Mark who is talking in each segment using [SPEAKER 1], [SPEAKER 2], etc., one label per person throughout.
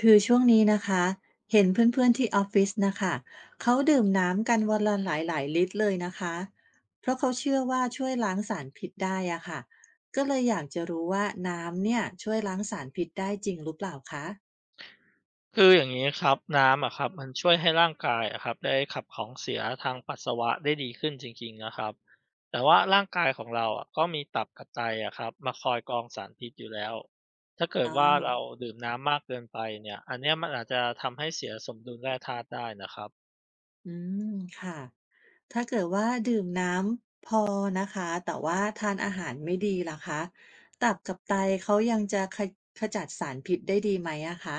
[SPEAKER 1] คือช่วงนี้นะคะเห็นเพื่อนๆที่ออฟฟิศนะคะเขาดื่มน้ำกันวันละหลายๆลิตรเลยนะคะเพราะเขาเชื่อว่าช่วยล้างสารพิษได้อะค่ะก็เลยอยากจะรู้ว่าน้ำเนี่ยช่วยล้างสารพิษได้จริงหรือเปล่าคะ
[SPEAKER 2] คืออย่างนี้ครับน้ำอะครับมันช่วยให้ร่างกายอะครับได้ขับของเสียทางปัสสาวะได้ดีขึ้นจริงๆนะครับแต่ว่าร่างกายของเราอะก็มีตับกับไตอะครับมาคอยกรองสารพิษอยู่แล้วถ้าเกิด
[SPEAKER 1] อ๋
[SPEAKER 2] ว่า
[SPEAKER 1] อ
[SPEAKER 2] เราดื่มน้ำมากเกินไปเนี่ยอันเนี้ยมันอาจจะทำให้เสียสมดุลแร่ธาตุได้นะครับ
[SPEAKER 1] อืมค่ะถ้าเกิดว่าดื่มน้ำพอนะคะแต่ว่าทานอาหารไม่ดีล่ะคะตับกับไตเขายังจะขจัดสารพิษได้ดีไหมอะคะ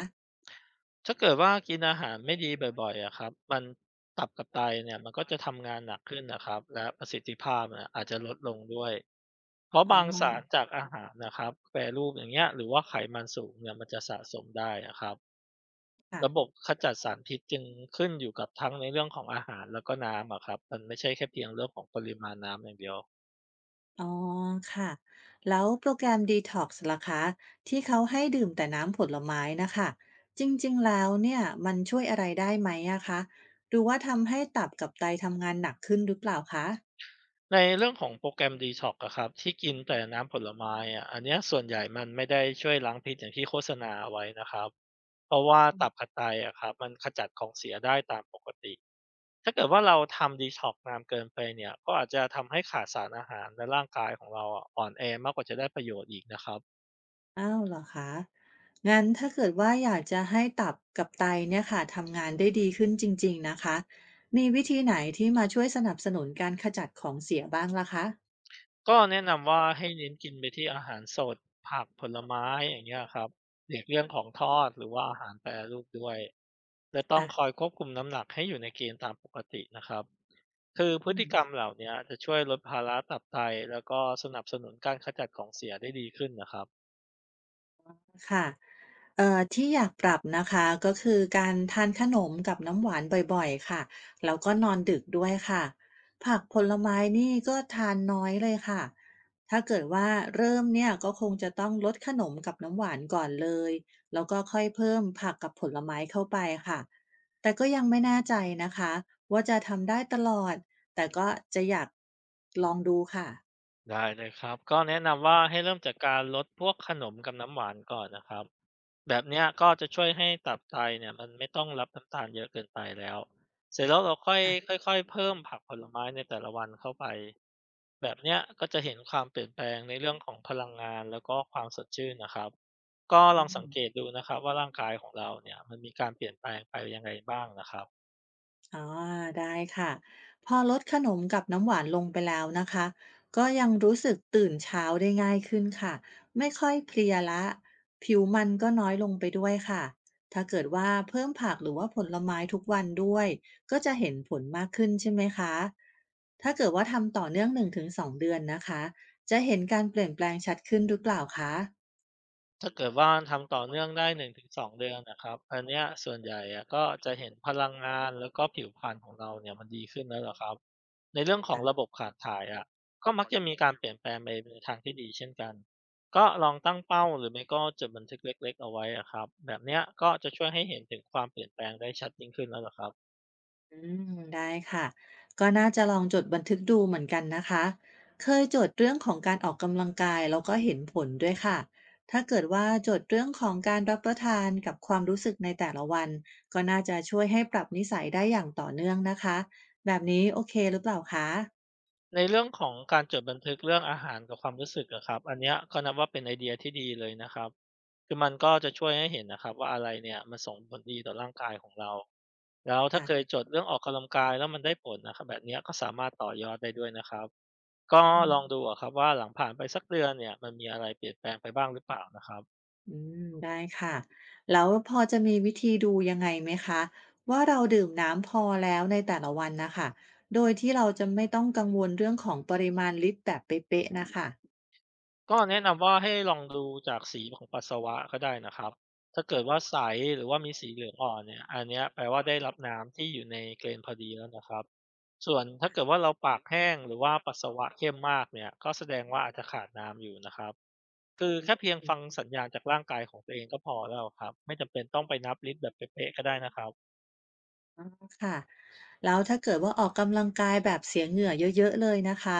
[SPEAKER 2] ถ้าเกิดว่ากินอาหารไม่ดีบ่อยๆอะครับมันตับกับไตเนี่ยมันก็จะทำงานหนักขึ้นนะครับและประสิทธิภาพเนี่ยอาจจะลดลงด้วย เพราะ
[SPEAKER 1] อ๋อ
[SPEAKER 2] บางสารจากอาหารนะครับแปรรูปอย่างเงี้ยหรือว่าไขมันสูงเนี่ยมันจะสะสมได้นะครับ
[SPEAKER 1] ค่ะ
[SPEAKER 2] ระบบขจัดสารพิษจึงขึ้นอยู่กับทั้งในเรื่องของอาหารแล้วก็น้ำอะครับมันไม่ใช่แค่เพียงเรื่องของปริมาณน้ำอย่างเดียว
[SPEAKER 1] อ๋อค่ะแล้วโปรแกรม Detox ล่ะคะที่เขาให้ดื่มแต่น้ำผลไม้นะคะจริงๆแล้วเนี่ยมันช่วยอะไรได้ไหมอะคะหรือว่าทำให้ตับกับไตทำงานหนักขึ้นหรือเปล่าคะ
[SPEAKER 2] ในเรื่องของโปรแกรม d e t o กอะครับที่กินแต่น้ำผลไม้อะอันเนี้ยส่วนใหญ่มันไม่ได้ช่วยล้างพิษอย่างที่โฆษณาเอาไว้นะครับเพราะว่าตับผัดไตอะครับมันขจัดของเสียได้ตามปกติ ถ้าเกิดว่าเราทำ detox นานเกินไปเนี่ยก็อาจจะทำให้ขาดสารอาหารและร่างกายของเราอะอ่อนแอมากกว่าจะได้ประโยชน์อีกนะครับ
[SPEAKER 1] อ้าวเหรอคะงั้นถ้าเกิดว่าอยากจะให้ตับกับไตเนี่ยค่ะทำงานได้ดีขึ้นจริงๆนะคะมีวิธีไหนที่มาช่วยสนับสนุนการขจัดของเสียบ้างล่ะคะ
[SPEAKER 2] ก็แนะนำว่าให้เน้นกินไปที่อาหารสดผักผลไม้อย่างเงี้ยครับหลีกเลี่ยงของทอดหรือว่าอาหารแปรรูปด้วยและต้อง
[SPEAKER 1] อ่ะ
[SPEAKER 2] คอยควบคุมน้ำหนักให้อยู่ในเกณฑ์ตามปกตินะครับคือพ
[SPEAKER 1] อื
[SPEAKER 2] ฤ
[SPEAKER 1] ม
[SPEAKER 2] ติกรรมเหล่าเนี้ยจะช่วยลดภาระตับไตแล้วก็สนับสนุนการขจัดของเสียได้ดีขึ้นนะครับ
[SPEAKER 1] ค่ะที่อยากปรับนะคะก็คือการทานขนมกับน้ำหวานบ่อยๆค่ะแล้วก็นอนดึกด้วยค่ะผักผลไม้นี่ก็ทานน้อยเลยค่ะถ้าเกิดว่าเริ่มเนี่ยก็คงจะต้องลดขนมกับน้ำหวานก่อนเลยแล้วก็ค่อยเพิ่มผักกับผลไม้เข้าไปค่ะแต่ก็ยังไม่แน่ใจนะคะว่าจะทำได้ตลอดแต่ก็จะอยากลองดูค่ะ
[SPEAKER 2] ได้เลยครับก็แนะนำว่าให้เริ่มจากการลดพวกขนมกับน้ำหวานก่อนนะครับ แบบเนี้ยก็จะช่วยให้ตับไตเนี่ยมันไม่ต้องรับน้ำตาลเยอะเกินไปแล้วเสร็จแล้วเราค่อย
[SPEAKER 1] ค่ะ
[SPEAKER 2] ค่อยๆเพิ่มผักผลไม้ในแต่ละวันเข้าไปแบบเนี้ยก็จะเห็นความเปลี่ยนแปลงในเรื่องของพลังงานแล้วก็ความสดชื่นนะครับก็ล
[SPEAKER 1] อื
[SPEAKER 2] องสังเกต
[SPEAKER 1] ม
[SPEAKER 2] ดูนะครับว่าร่างกายของเราเนี่ยมันมีการเปลี่ยนแปลงไปยังไงบ้างนะครับ
[SPEAKER 1] อ๋อได้ค่ะพอลดขนมกับน้ำหวานลงไปแล้วนะคะก็ยังรู้สึกตื่นเช้าได้ง่ายขึ้นค่ะไม่ค่อยเพลียละผิวมันก็น้อยลงไปด้วยค่ะถ้าเกิดว่าเพิ่มผักหรือว่าผลไม้ทุกวันด้วยก็จะเห็นผลมากขึ้นใช่ไหมคะถ้าเกิดว่าทำต่อเนื่อง1-2 เดือนนะคะจะเห็นการเปลี่ยนแปลงชัดขึ้นหรือเปล่าคะ
[SPEAKER 2] ถ้าเกิดว่าทำต่อเนื่องได้1-2เดือนนะครับอันเนี้ยส่วนใหญ่อะก็จะเห็นพลังงานแล้วก็ผิวพรรณของเราเนี่ยมันดีขึ้นแล้วล่ะครับในเรื่องของระบบขับถ่ายอะก็มักจะมีการเปลี่ยนแปลงไปในทางที่ดีเช่นกันก็ลองตั้งเป้าหรือไม่ก็จดบันทึกเล็กๆเอาไว้อะครับแบบเนี้ยก็จะช่วยให้เห็นถึงความเปลี่ยนแปลงได้ชัดยิ่งขึ้นแล้วล่ะครับ
[SPEAKER 1] อืมได้ค่ะก็น่าจะลองจดบันทึกดูเหมือนกันนะคะเคยจดเรื่องของการออกกำลังกายแล้วก็เห็นผลด้วยค่ะถ้าเกิดว่าจดเรื่องของการรับประทานกับความรู้สึกในแต่ละวันก็น่าจะช่วยให้ปรับนิสัยได้อย่างต่อเนื่องนะคะแบบนี้โอเคหรือเปล่าคะ
[SPEAKER 2] ในเรื่องของการจดบันทึกเรื่องอาหารกับความรู้สึกอะครับอันเนี้ยก็นับว่าเป็นไอเดียที่ดีเลยนะครับคือมันก็จะช่วยให้เห็นนะครับว่าอะไรเนี่ยมันส่งผลดีต่อร่างกายของเราแล้วถ้าเค
[SPEAKER 1] ค่ะ
[SPEAKER 2] ยจดเรื่องออกกำลังกายแล้วมันได้ผลนะครับแบบเนี้ยก็สามารถต่อยอดได้ด้วยนะครับก็
[SPEAKER 1] อื
[SPEAKER 2] ลอง
[SPEAKER 1] ม
[SPEAKER 2] ดูอะครับว่าหลังผ่านไปสักเดือนเนี่ยมันมีอะไรเปลี่ยนแปลงไปบ้างหรือเปล่านะครับ
[SPEAKER 1] อืมได้ค่ะแล้วพอจะมีวิธีดูยังไงไหมคะว่าเราดื่มน้ำพอแล้วในแต่ละวันนะคะโดยที่เราจะไม่ต้องกังวลเรื่องของปริมาณลิตรแบบเป๊ะๆนะคะ
[SPEAKER 2] ก็แนะนำว่าให้ลองดูจากสีของปัสสาวะก็ได้นะครับถ้าเกิดว่าใสหรือว่ามีสีเหลืองอ่อนเนี่ยอันเนี้ยแปลว่าได้รับน้ำที่อยู่ในเกณฑ์พอดีแล้วนะครับส่วนถ้าเกิดว่าเราปากแห้งหรือว่าปัสสาวะเข้มมากเนี่ยก็แสดงว่าอาจจะขาดน้ำอยู่นะครับคือ
[SPEAKER 1] อื
[SPEAKER 2] แค่เพียง
[SPEAKER 1] ม
[SPEAKER 2] ฟังสัญญาณจากร่างกายของตัวเองก็พอแล้วครับไม่จำเป็นต้องไปนับลิตรแบบเป๊ะๆก็ได้นะครับ
[SPEAKER 1] ค่ะแล้วถ้าเกิดว่าออกกำลังกายแบบเสียเหงื่อเยอะๆเลยนะคะ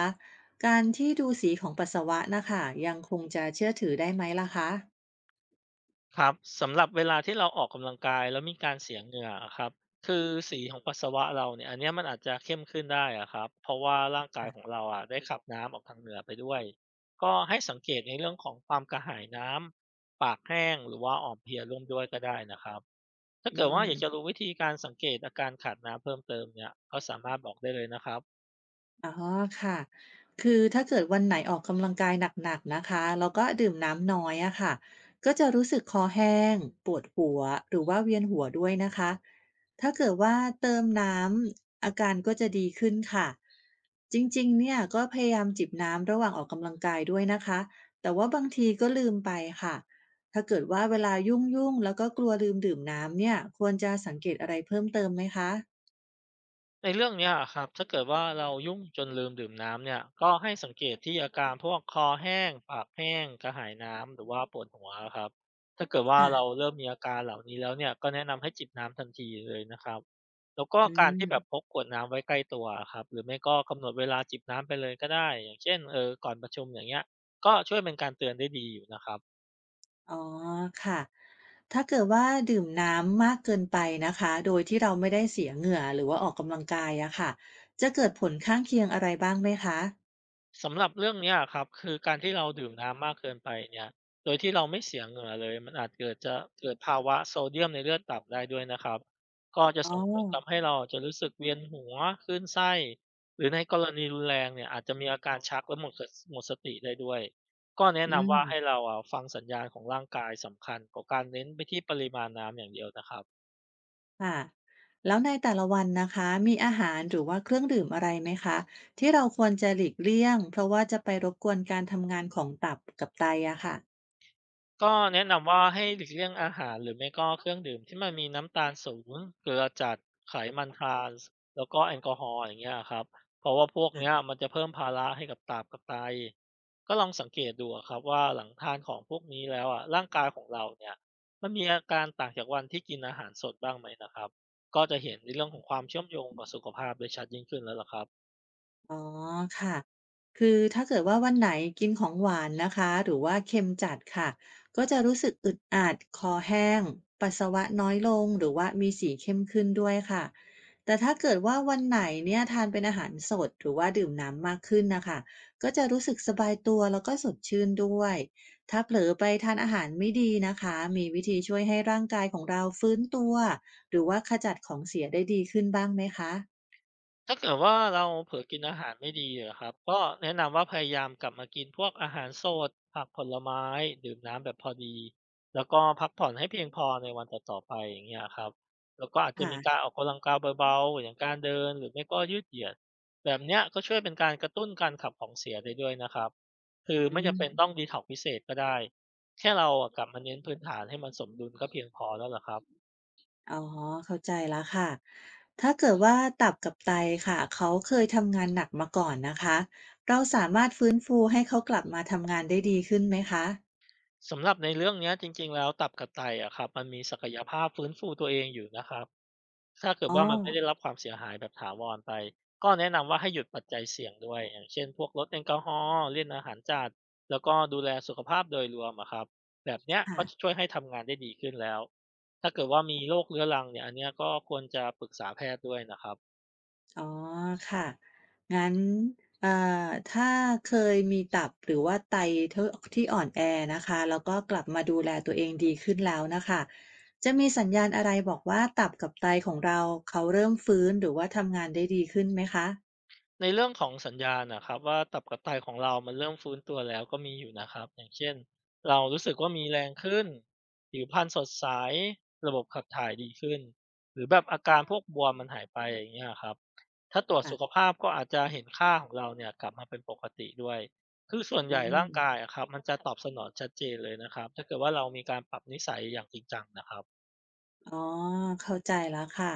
[SPEAKER 1] การที่ดูสีของปัสสาวะนะคะยังคงจะเชื่อถือได้ไหมล่ะคะ
[SPEAKER 2] ครับสำหรับเวลาที่เราออกกำลังกายแล้วมีการเสียเหงื่ออะครับคือสีของปัสสาวะเราเนี่ยอันเนี้ยมันอาจจะเข้มขึ้นได้อะครับเพราะว่าร่างกายของเราอ่ะได้ขับน้ำออกทางเหงื่อไปด้วยก็ให้สังเกตในเรื่องของความกระหายน้ำปากแห้งหรือว่าอ่อนเพลียร่วมด้วยก็ได้นะครับถ้า
[SPEAKER 1] อื
[SPEAKER 2] เกิดว่าอยากจะ
[SPEAKER 1] ม
[SPEAKER 2] รู้วิธีการสังเกตอาการขาดน้ำเพิ่มเติมเนี่ยก็สามารถบอกได้เลยนะครับ
[SPEAKER 1] อ๋อค่ะคือถ้าเกิดวันไหนออกกำลังกายหนักๆนะคะแล้วก็ดื่มน้ำน้อยอะค่ะก็จะรู้สึกคอแห้งปวดหัวหรือว่าเวียนหัวด้วยนะคะถ้าเกิดว่าเติมน้ำอาการก็จะดีขึ้นค่ะจริงๆเนี่ยก็พยายามจิบน้ำระหว่างออกกำลังกายด้วยนะคะแต่ว่าบางทีก็ลืมไปค่ะถ้าเกิดว่าเวลายุ่งๆแล้วก็กลัวลืมดื่มน้ำเนี่ยควรจะสังเกตอะไรเพิ่มเติมไหมคะ
[SPEAKER 2] ในเรื่องเนี้ยอครับถ้าเกิดว่าเรายุ่งจนลืมดื่มน้ำเนี่ยก็ให้สังเกตที่อาการพวกคอแห้งปากแห้งกระหายน้ำหรือว่าปวดหัวครับถ้าเกิดว่า
[SPEAKER 1] ค่ะ
[SPEAKER 2] เราเริ่มมีอาการเหล่านี้แล้วเนี่ยก็แนะนำให้จิบน้ำทันทีเลยนะครับแล้วก็
[SPEAKER 1] อื
[SPEAKER 2] การที่แบบพ
[SPEAKER 1] ม
[SPEAKER 2] กขวดน้ำไว้ใกล้ตัวครับหรือไม่ก็กำหนดเวลาจิบน้ำไปเลยก็ได้อย่างเช่นก่อนประชุมอย่างเงี้ยก็ช่วยเป็นการเตือนได้ดีอยู่นะครับ
[SPEAKER 1] อ๋อค่ะถ้าเกิดว่าดื่มน้ำมากเกินไปนะคะโดยที่เราไม่ได้เสียเหงื่อหรือว่าออกกำลังกายอะค่ะจะเกิดผลข้างเคียงอะไรบ้างไหมคะ
[SPEAKER 2] สำหรับเรื่องเนี้ยครับคือการที่เราดื่มน้ำมากเกินไปเนี่ยโดยที่เราไม่เสียเหงื่อเลยมันอาจเกิดภาวะโซเดียมในเลือดต่ำได้ด้วยนะครับก็จะ
[SPEAKER 1] อ๋อ
[SPEAKER 2] ส่งผลทำให้เราจะรู้สึกเวียนหัวคลื่นไส้หรือในกรณีรุนแรงเนี่ยอาจจะมีอาการชักและหมดสติได้ด้วยก็แนะ
[SPEAKER 1] อื
[SPEAKER 2] นำ
[SPEAKER 1] ม
[SPEAKER 2] ว่าให้เราอะฟังสัญญาณของร่างกายสำคัญกว่าการเน้นไปที่ปริมาณน้ำอย่างเดียวนะครับ
[SPEAKER 1] ค่ะแล้วในแต่ละวันนะคะมีอาหารหรือว่าเครื่องดื่มอะไรไหมคะ ที่เราควรจะหลีกเลี่ยงเพราะว่าจะไปรบกวนการทำงานของตับกับไตอะค่ะ
[SPEAKER 2] ก็แนะนำว่าให้หลีกเลี่ยงอาหารหรือไม่ก็เครื่องดื่มที่มันมีน้ำตาลสูงเกลือจัดไขมันทรานส์แล้วก็แอลกอฮอล์อย่างเงี้ยครับเพราะว่าพวกเนี้ยมันจะเพิ่มภาระให้กับตับกับไตก็ลองสังเกตดูอะครับว่าหลังทานของพวกนี้แล้วอะร่างกายของเราเนี่ยมันมีอาการต่างจากวันที่กินอาหารสดบ้างไหมนะครับก็จะเห็นในเรื่องของความเชื่อมโยงกับสุขภาพได้ชัดยิ่งขึ้นแล้วล่ะครับ
[SPEAKER 1] อ๋อค่ะคือถ้าเกิดว่าวันไหนกินของหวานนะคะหรือว่าเค็มจัดค่ะก็จะรู้สึกอึดอัดคอแห้งปัสสาวะน้อยลงหรือว่ามีสีเข้มขึ้นด้วยค่ะแต่ถ้าเกิดว่าวันไหนเนี่ยทานเป็นอาหารสดหรือว่าดื่มน้ำมากขึ้นนะคะก็จะรู้สึกสบายตัวแล้วก็สดชื่นด้วยถ้าเผลอไปทานอาหารไม่ดีนะคะมีวิธีช่วยให้ร่างกายของเราฟื้นตัวหรือว่าขจัดของเสียได้ดีขึ้นบ้างไหมคะ
[SPEAKER 2] ถ้าเกิดว่าเราเผลอกินอาหารไม่ดีอะครับก็แนะนำว่าพยายามกลับมากินพวกอาหารสดผักผลไม้ดื่มน้ำแบบพอดีแล้วก็พักผ่อนให้เพียงพอในวันต่อๆไปอย่างเงี้ยครับแล้วก็อาจจะ
[SPEAKER 1] ค่ะ
[SPEAKER 2] มีการออกกำลังกายเบาๆอย่างการเดินหรือไม่ก็ยืดเหยียดแบบเนี้ยก็ช่วยเป็นการกระตุ้นการขับของเสียได้ด้วยนะครับคือ
[SPEAKER 1] อื
[SPEAKER 2] ไม่จำเป็นต้อง
[SPEAKER 1] ม
[SPEAKER 2] ดีท็อกพิเศษก็ได้แค่เราอะกลับมาเน้นพื้นฐานให้มันสมดุลก็เพียงพอแล้วล่ะครับ
[SPEAKER 1] อ๋อเข้าใจแล้วค่ะถ้าเกิดว่าตับกับไตค่ะเขาเคยทำงานหนักมาก่อนนะคะเราสามารถฟื้นฟูให้เขากลับมาทำงานได้ดีขึ้นไหมคะ
[SPEAKER 2] สำหรับในเรื่องเนี้ยจริงๆแล้วตับกับไตอะครับมันมีศักยภาพฟื้นฟูตัวเองอยู่นะครับถ้าเกิด
[SPEAKER 1] อ๋อ
[SPEAKER 2] ว่ามันไม่ได้รับความเสียหายแบบถาวรไปก็แนะนำว่าให้หยุดปัจจัยเสี่ยงด้วยอย่างเช่นพวกลดแอลกอฮอล์เล่นอาหารจัดแล้วก็ดูแลสุขภาพโดยรวมอะครับแบบเนี้ยก็จะ
[SPEAKER 1] ค่ะ
[SPEAKER 2] ช่วยให้ทำงานได้ดีขึ้นแล้วถ้าเกิดว่ามีโรคเรื้อรังเนี่ยอันเนี้ยก็ควรจะปรึกษาแพทย์ด้วยนะครับ
[SPEAKER 1] อ๋อค่ะงั้นเอ่อถ้าเคยมีตับหรือว่าไตทที่อ่อนแอนะคะแล้วก็กลับมาดูแลตัวเองดีขึ้นแล้วนะคะจะมีสัญญาณอะไรบอกว่าตับกับไตของเราเขาเริ่มฟื้นหรือว่าทำงานได้ดีขึ้นไหมคะ
[SPEAKER 2] ในเรื่องของสัญญาณน่ะครับว่าตับกระต่ายของเรามันเริ่มฟื้นตัวแล้วก็มีอยู่นะครับอย่างเช่นเรารู้สึกว่ามีแรงขึ้นผิวพรรณสดใสระบบขับถ่ายดีขึ้นหรือแบบอาการพวกบวมมันหายไปอย่างเงี้ยครับถ้าตรวจสุข
[SPEAKER 1] ค่ะ
[SPEAKER 2] ภาพก็อาจจะเห็นค่าของเราเนี่ยกลับมาเป็นปกติด้วยคือส่วน
[SPEAKER 1] อื
[SPEAKER 2] ใหญ่
[SPEAKER 1] ม
[SPEAKER 2] ร่างกายอะครับมันจะตอบสนองชัดเจนเลยนะครับถ้าเกิดว่าเรามีการปรับนิสัยอย่างจริงจังนะครับ
[SPEAKER 1] อ๋อเข้าใจแล้วค่ะ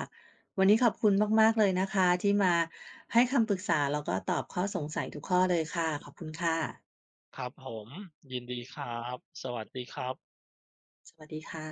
[SPEAKER 1] วันนี้ขอบคุณมากๆเลยนะคะที่มาให้คำปรึกษาแล้วก็ตอบข้อสงสัยทุกข้อเลยค่ะขอบคุณค่ะ
[SPEAKER 2] ครับผมยินดีครับสวัสดีครับ
[SPEAKER 1] สวัสดีค่ะ